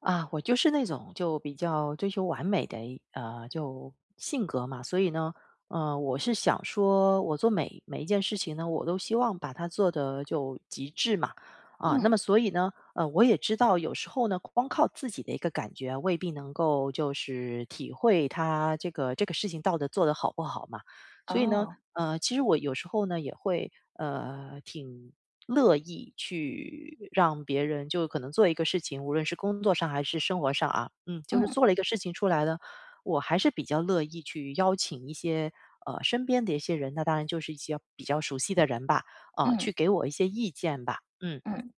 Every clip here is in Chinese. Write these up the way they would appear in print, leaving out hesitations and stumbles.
啊，我就是那种就比较追求完美的一就性格嘛，所以呢，我是想说，我做每一件事情呢，我都希望把它做得就极致嘛，啊，那嗯，么所以呢，我也知道有时候呢，光靠自己的一个感觉啊未必能够就是体会它这个事情到底做得好不好嘛，所以呢，哦，其实我有时候呢也会挺乐意去让别人就可能做一个事情，无论是工作上还是生活上啊，嗯，就是嗯做了一个事情出来呢，我还是比较乐意去邀请一些身边的一些人，那当然就是一些比较熟悉的人吧，啊、嗯去给我一些意见吧，嗯。嗯，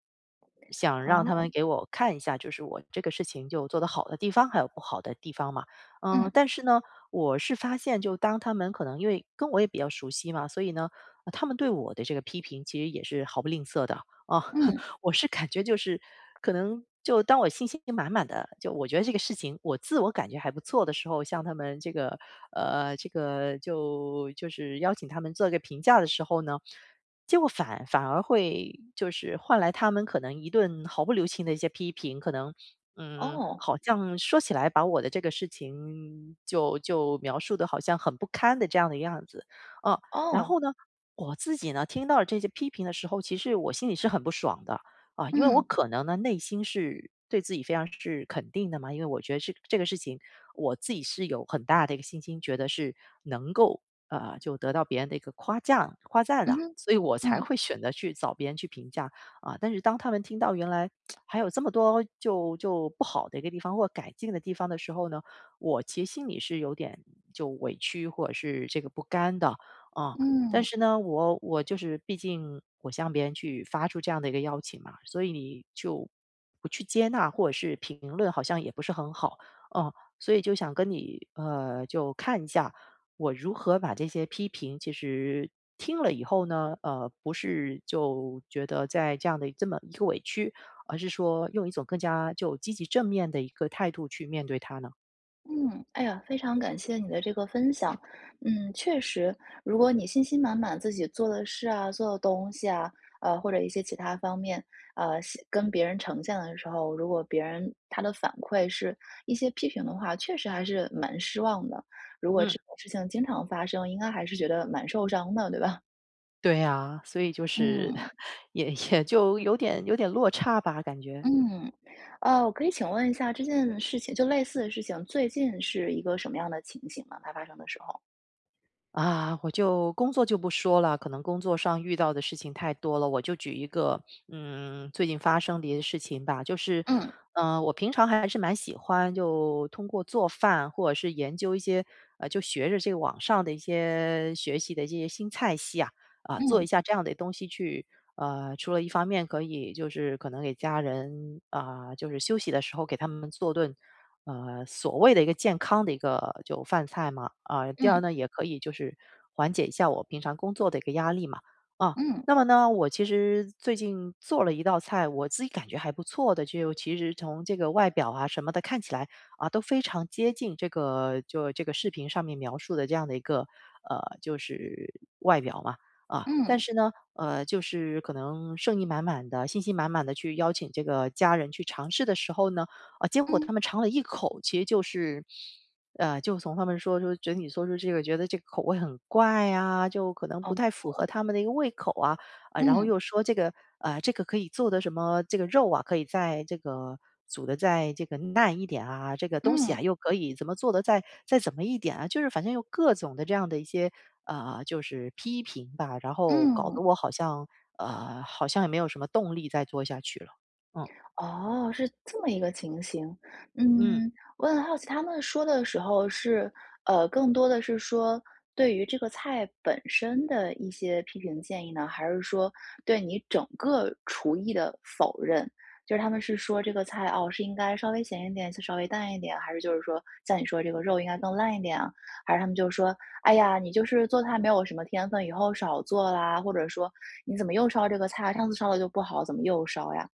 想让他哦，们给我看一下，就是我这个事情就做得好的地方，还有不好的地方嘛。嗯，嗯但是呢，我是发现，就当他们可能因为跟我也比较熟悉嘛，所以呢，他们对我的这个批评其实也是毫不吝啬的啊。嗯，我是感觉就是可能就当我信心满满的，就我觉得这个事情我自我感觉还不错的时候，向他们这个这个就是邀请他们做一个评价的时候呢，结果反而会就是换来他们可能一顿毫不留情的一些批评，可能。嗯，哦好像说起来把我的这个事情就描述的好像很不堪的这样的样子，嗯，然哦，后呢，我自己呢听到了这些批评的时候，其实我心里是很不爽的，啊，因为我嗯可能呢，内心是对自己非常是肯定的嘛，因为我觉得这个事情，我自己是有很大的一个信心，觉得是能够啊就得到别人的一个夸奖夸赞嗯的，所以我才嗯会选择去找别人去评价啊。但是当他们听到原来 还有这么多就不好的一个地方或改进的地方的时候呢，我其实心里是有点就委屈或者是这个不甘的啊。但嗯是呢，我就是毕竟我向别人去发出这样的一个邀请嘛，所以你就不去接纳或者是评论，好像也不是很好，嗯，所以就想跟你就看一下我如何把这些批评，其实听了以后呢，不是就觉得在这样的这么一个委屈，而是说用一种更加就积极正面的一个态度去面对它呢？嗯，哎呀，非常感谢你的这个分享。嗯，确实，如果你信心满满自己做的事啊、做的东西啊，或者一些其他方面，写跟别人呈现的时候，如果别人他的反馈是一些批评的话，确实还是蛮失望的。如果嗯。这种事情经常发生，应该还是觉得蛮受伤的，对吧？对呀，所以就是 嗯。也就有点有点落差吧，感觉。嗯，我可以请问一下这件事情就类似的事情，最近是一个什么样的情形呢？它发生的时候？啊，我就工作就不说了，可能工作上遇到的事情太多了。我就举一个，嗯，最近发生的一些事情吧，就是，嗯，嗯，我平常还是蛮喜欢就通过做饭或者是研究一些，就学着这个网上的一些学习的一些新菜系啊，啊，做一嗯，下这样的东西去，除了一方面可以就是可能给家人啊、就是休息的时候给他们做顿。所谓的一个健康的一个就饭菜嘛，啊，第二嗯，呢，也可以就是缓解一下我平常工作的一个压力嘛，啊，嗯，那么呢，我其实最近做了一道菜，我自己感觉还不错的，就其实从这个外表啊什么的看起来啊都非常接近这个就这个视频上面描述的这样的一个就是外表嘛，啊，嗯，但嗯是呢，就是可能盛意满满的、信心满满的去邀请这个家人去尝试的时候呢。啊，结果嗯，他们尝了一口，其实就是，就从他们说觉得你说出这个，觉得这个口味很怪啊，就可能哦，不太符合他们的一个胃口啊，啊，然后嗯，又说这个，这个可以做的什么，这个肉啊，可以在这个煮的再这个烂一点啊，这个东嗯，西啊嗯又可以怎么做的再怎么一点啊，就是反正有各种的这样的一些就是批评吧，然后搞嗯。得我好像好像也没有什么动力再做下去了，嗯。哦，是这么一个情形。嗯。嗯，我很好奇他们说的时候是，更多的是说对于这个菜本身的一些批评建议呢，还是说对你整个厨艺的否认？就是他们是说这个菜哦，是应该稍微咸一点，稍微淡一点，还是就是说像你说这个肉应该更烂一点啊？还是他们就说，哎呀，你就是做菜没有什么天分，以后少做啦，或者说你怎么又烧这个菜啊，上次烧的就不好，怎么又烧呀？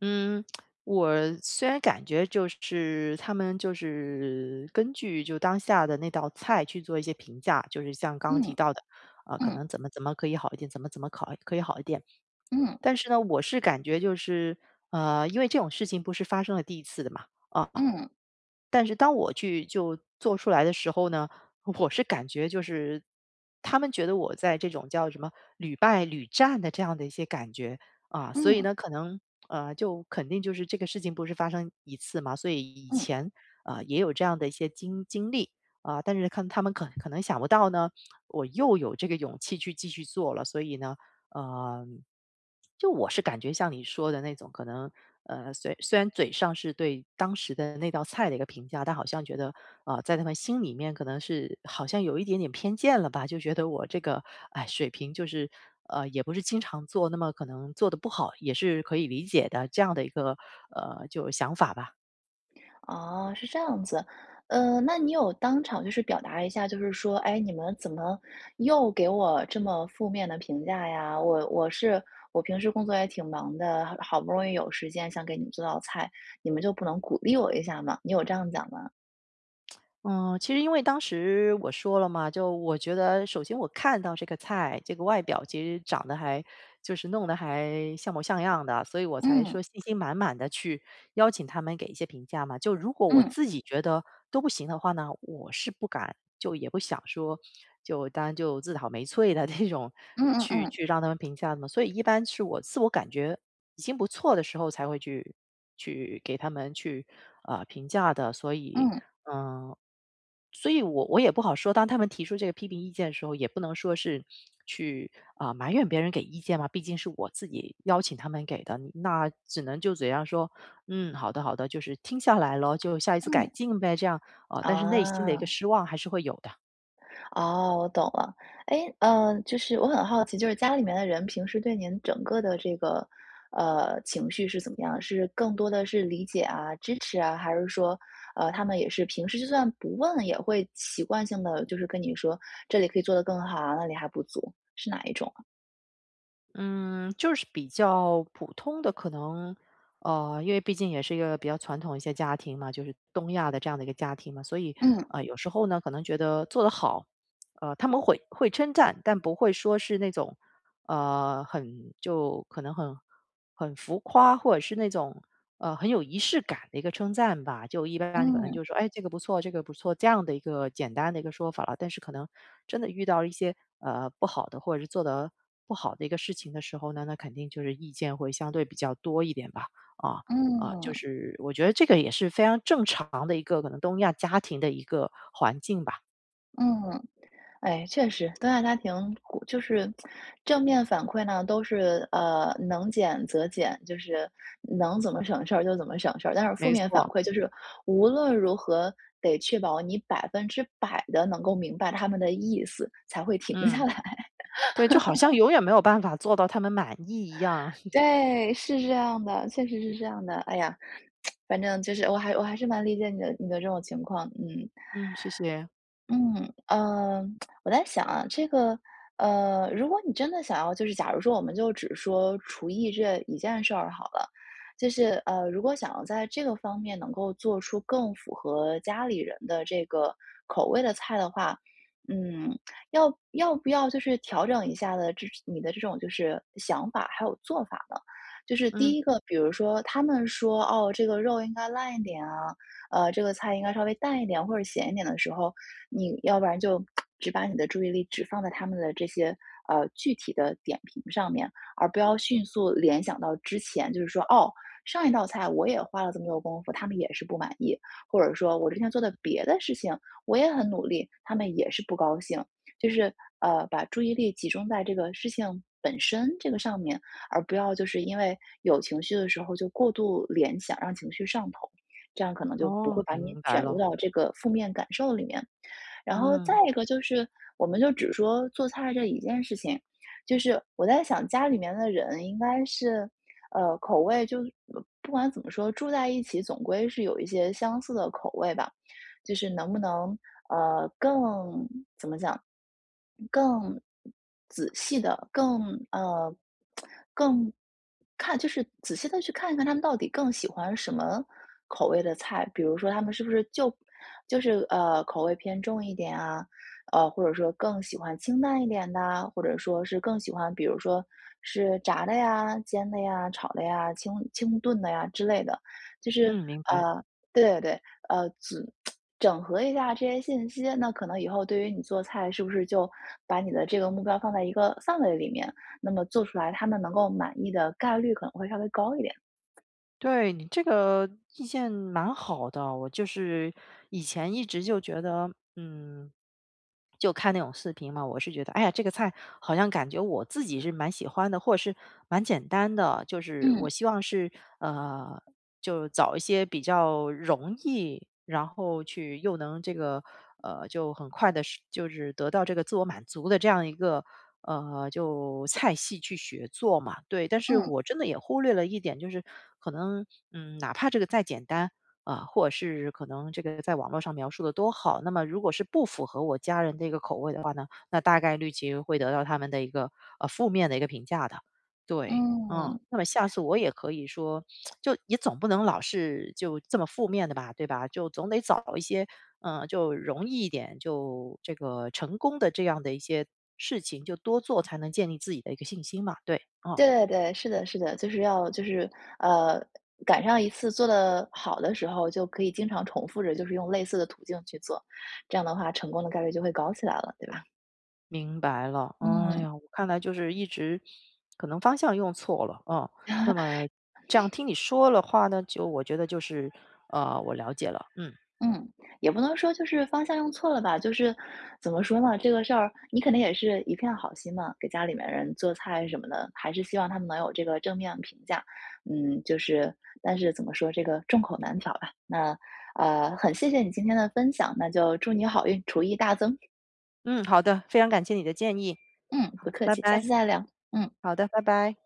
嗯，我虽然感觉就是他们就是根据就当下的那道菜去做一些评价，就是像刚刚提嗯到的，啊、可嗯。能怎么怎么可以好一点，怎么怎么考可以好一点。嗯但是呢，我是感觉就是因为这种事情不是发生了第一次的嘛，啊、嗯但是当我去就做出来的时候呢，我是感觉就是他们觉得我在这种叫什么屡败屡战的这样的一些感觉啊，所以嗯呢，可能就肯定就是这个事情不是发生一次嘛，所以以嗯，前啊、也有这样的一些经历啊、但是看他们可能想不到呢，我又有这个勇气去继续做了，所以呢。呃，就我是感觉像你说的那种，可能虽然嘴上是对当时的那道菜的一个评价，但好像觉得啊、在他们心里面可能是好像有一点点偏见了吧，就觉得我这个哎水平就是也不是经常做，那么可能做的不好也是可以理解的这样的一个就想法吧。哦，是这样子。那你有当场就是表达一下，就是说，哎，你们怎么又给我这么负面的评价呀？我平时工作也挺忙的，好好不容易有时间想给你们做道菜，你们就不能鼓励我一下吗？你有这样讲吗？嗯，其实因为当时我说了嘛，就我觉得首先我看到这个菜，这个外表其实长得还就是弄得还像模像样的，所以我才嗯说信心满满的去邀请他们给一些评价嘛。就如果我嗯自己觉得都不行的话呢，我是不敢，就也不想说，就当然就自讨没趣的 这种嗯嗯去嗯让他们评价的嘛。所以一般是我自我感觉已经不错的时候才会去给他们去啊、评价的，所以。嗯嗯，所以我也不好说，当他们提出这个批评意见的时候，也不能说是去啊、埋怨别人给意见嘛，毕竟是我自己邀请他们给的，你那只能就嘴上说，嗯，好的好的，就是听下来了，就下一次改嗯。进呗，这样啊、但是内心的一个啊。失望还是会有的。哦，我懂了。哎，就是我很好奇，就是家里面的人平时对您整个的这个，情绪是怎么样？是更多的是理解啊、支持啊，还是说，他们也是平时就算不问，也会习惯性的就是跟你说这里可以做得更好啊，那里还不足，是哪一种啊？嗯，就是比较普通的，可能，因为毕竟也是一个比较传统一些家庭嘛，就是东亚的这样的一个家庭嘛，所以，嗯有时候呢，可能觉得做得好，他们会称赞，但不会说是那种，很就可能很很浮夸，或者是那种很有仪式感的一个称赞吧。就一般可能嗯就说：“哎，这个不错，这个不错。”这样的一个简单的一个说法了。但是可能真的遇到一些，不好的或者是做得不好的一个事情的时候呢，那肯定就是意见会相对比较多一点吧。啊，啊，就嗯是我觉得这个也是非常正常的一个可能东亚家庭的一个环境吧。嗯，哎，确实，东亚家庭就是正面反馈呢，都是能减则减，就是能怎么省事儿就怎么省事儿。但是负没面反错，馈就是无论如何得确保你百分之百的能够明白他们的意思，才会停下嗯，来。对，就好像永远没有办法做到他们满意一样。对，是这样的，确实是这样的。哎呀，反正就是我还是蛮理解你的这种情况，嗯。嗯，谢谢，嗯，我在想啊，这个，如果你真的想要，就是假如说我们就只说厨艺这一件事儿好了，就是如果想要在这个方面能够做出更符合家里人的这个口味的菜的话，嗯，要不要就是调整一下你的这种就是想法还有做法呢？就是嗯，第一个，比如说他们说哦，这个肉应该烂一点啊，这个菜应该稍微淡一点或者咸一点的时候。你要不然就 只把你的注意力只放在他们的这些具体的点评上面，而不要迅速联想到之前，就是说哦，上一道菜我也花了这么多功夫，他们也是不满意，或者说我之前做的别的事情我也很努力，他们也是不高兴。就是把注意力集中在这个事情本身这个上面，而不要就是因为有情绪的时候就过度联想，让情绪上头，这样可能就不哦，会把你明白卷入了，到这个负面感受里面。然后再嗯，一个就是，我们就只说做菜这一件事情，就是我在想家里面的人应该是，口味就不管怎么说，住在一起总归是有一些相似的口味吧，就是能不能更怎么讲，更仔细的，更呃，更看就是仔细的去看一看他们到底更喜欢什么口味的菜。比如说他们是不是就就是，口味偏重一点啊，或者说更喜欢清淡一点的啊或者说是更喜欢比如说是炸的呀、煎的呀、炒的呀、清炖的呀之类的。就是嗯，明白。呃，对对对，呃，仔整合一下这些信息，那可能以后对于你做菜，是不是就把你的这个目标放在一个范围里面，那么做出来他们能够满意的概率可能会稍微高一点。对，你这个意见蛮好的，我就是以前一直就觉得，嗯，就看那种视频嘛，我是觉得，哎呀，这个菜好像感觉我自己是蛮喜欢的，或者是蛮简单的，就是我嗯希望是呃，就找一些比较容易，然后去又能这个就很快的，就是得到这个自我满足的这样一个就菜系去学做嘛，对。但是嗯我真的也忽略了一点，就是可能，嗯，哪怕这个再简单啊，或者是可能这个在网络上描述的多好，那么如果是不符合我家人的一个口味的话呢，那大概率其实会得到他们的一个负面的一个评价的，对。嗯，嗯。那么下次我也可以说，就也总不能老是就这么负面的吧，对吧？就总得找一些嗯，就容易一点，就这个成功的这样的一些事情，就多做才能建立自己的一个信心嘛。对，啊，对对对，是的是的，就是要就是呃，赶上一次做的好的时候，就可以经常重复着，就是用类似的途径去做，这样的话成功的概率就会高起来了，对吧？明白了。哎嗯。呀，我看来就是一直可能方向用错了，哦。那 么这样听你说的话呢，就我觉得就是我了解了，嗯嗯，也不能说就是方向用错了吧，就是怎么说呢？这个事儿你肯定也是一片好心嘛，给家里面人做菜什么的，还是希望他们能有这个正面评价。嗯，就是，但是怎么说，这个众口难调吧。那很谢谢你今天的分享，那就祝你好运，厨艺大增。嗯，好的，非常感谢你的建议，嗯，不客拜气，下拜。次再聊。嗯。好的，拜拜。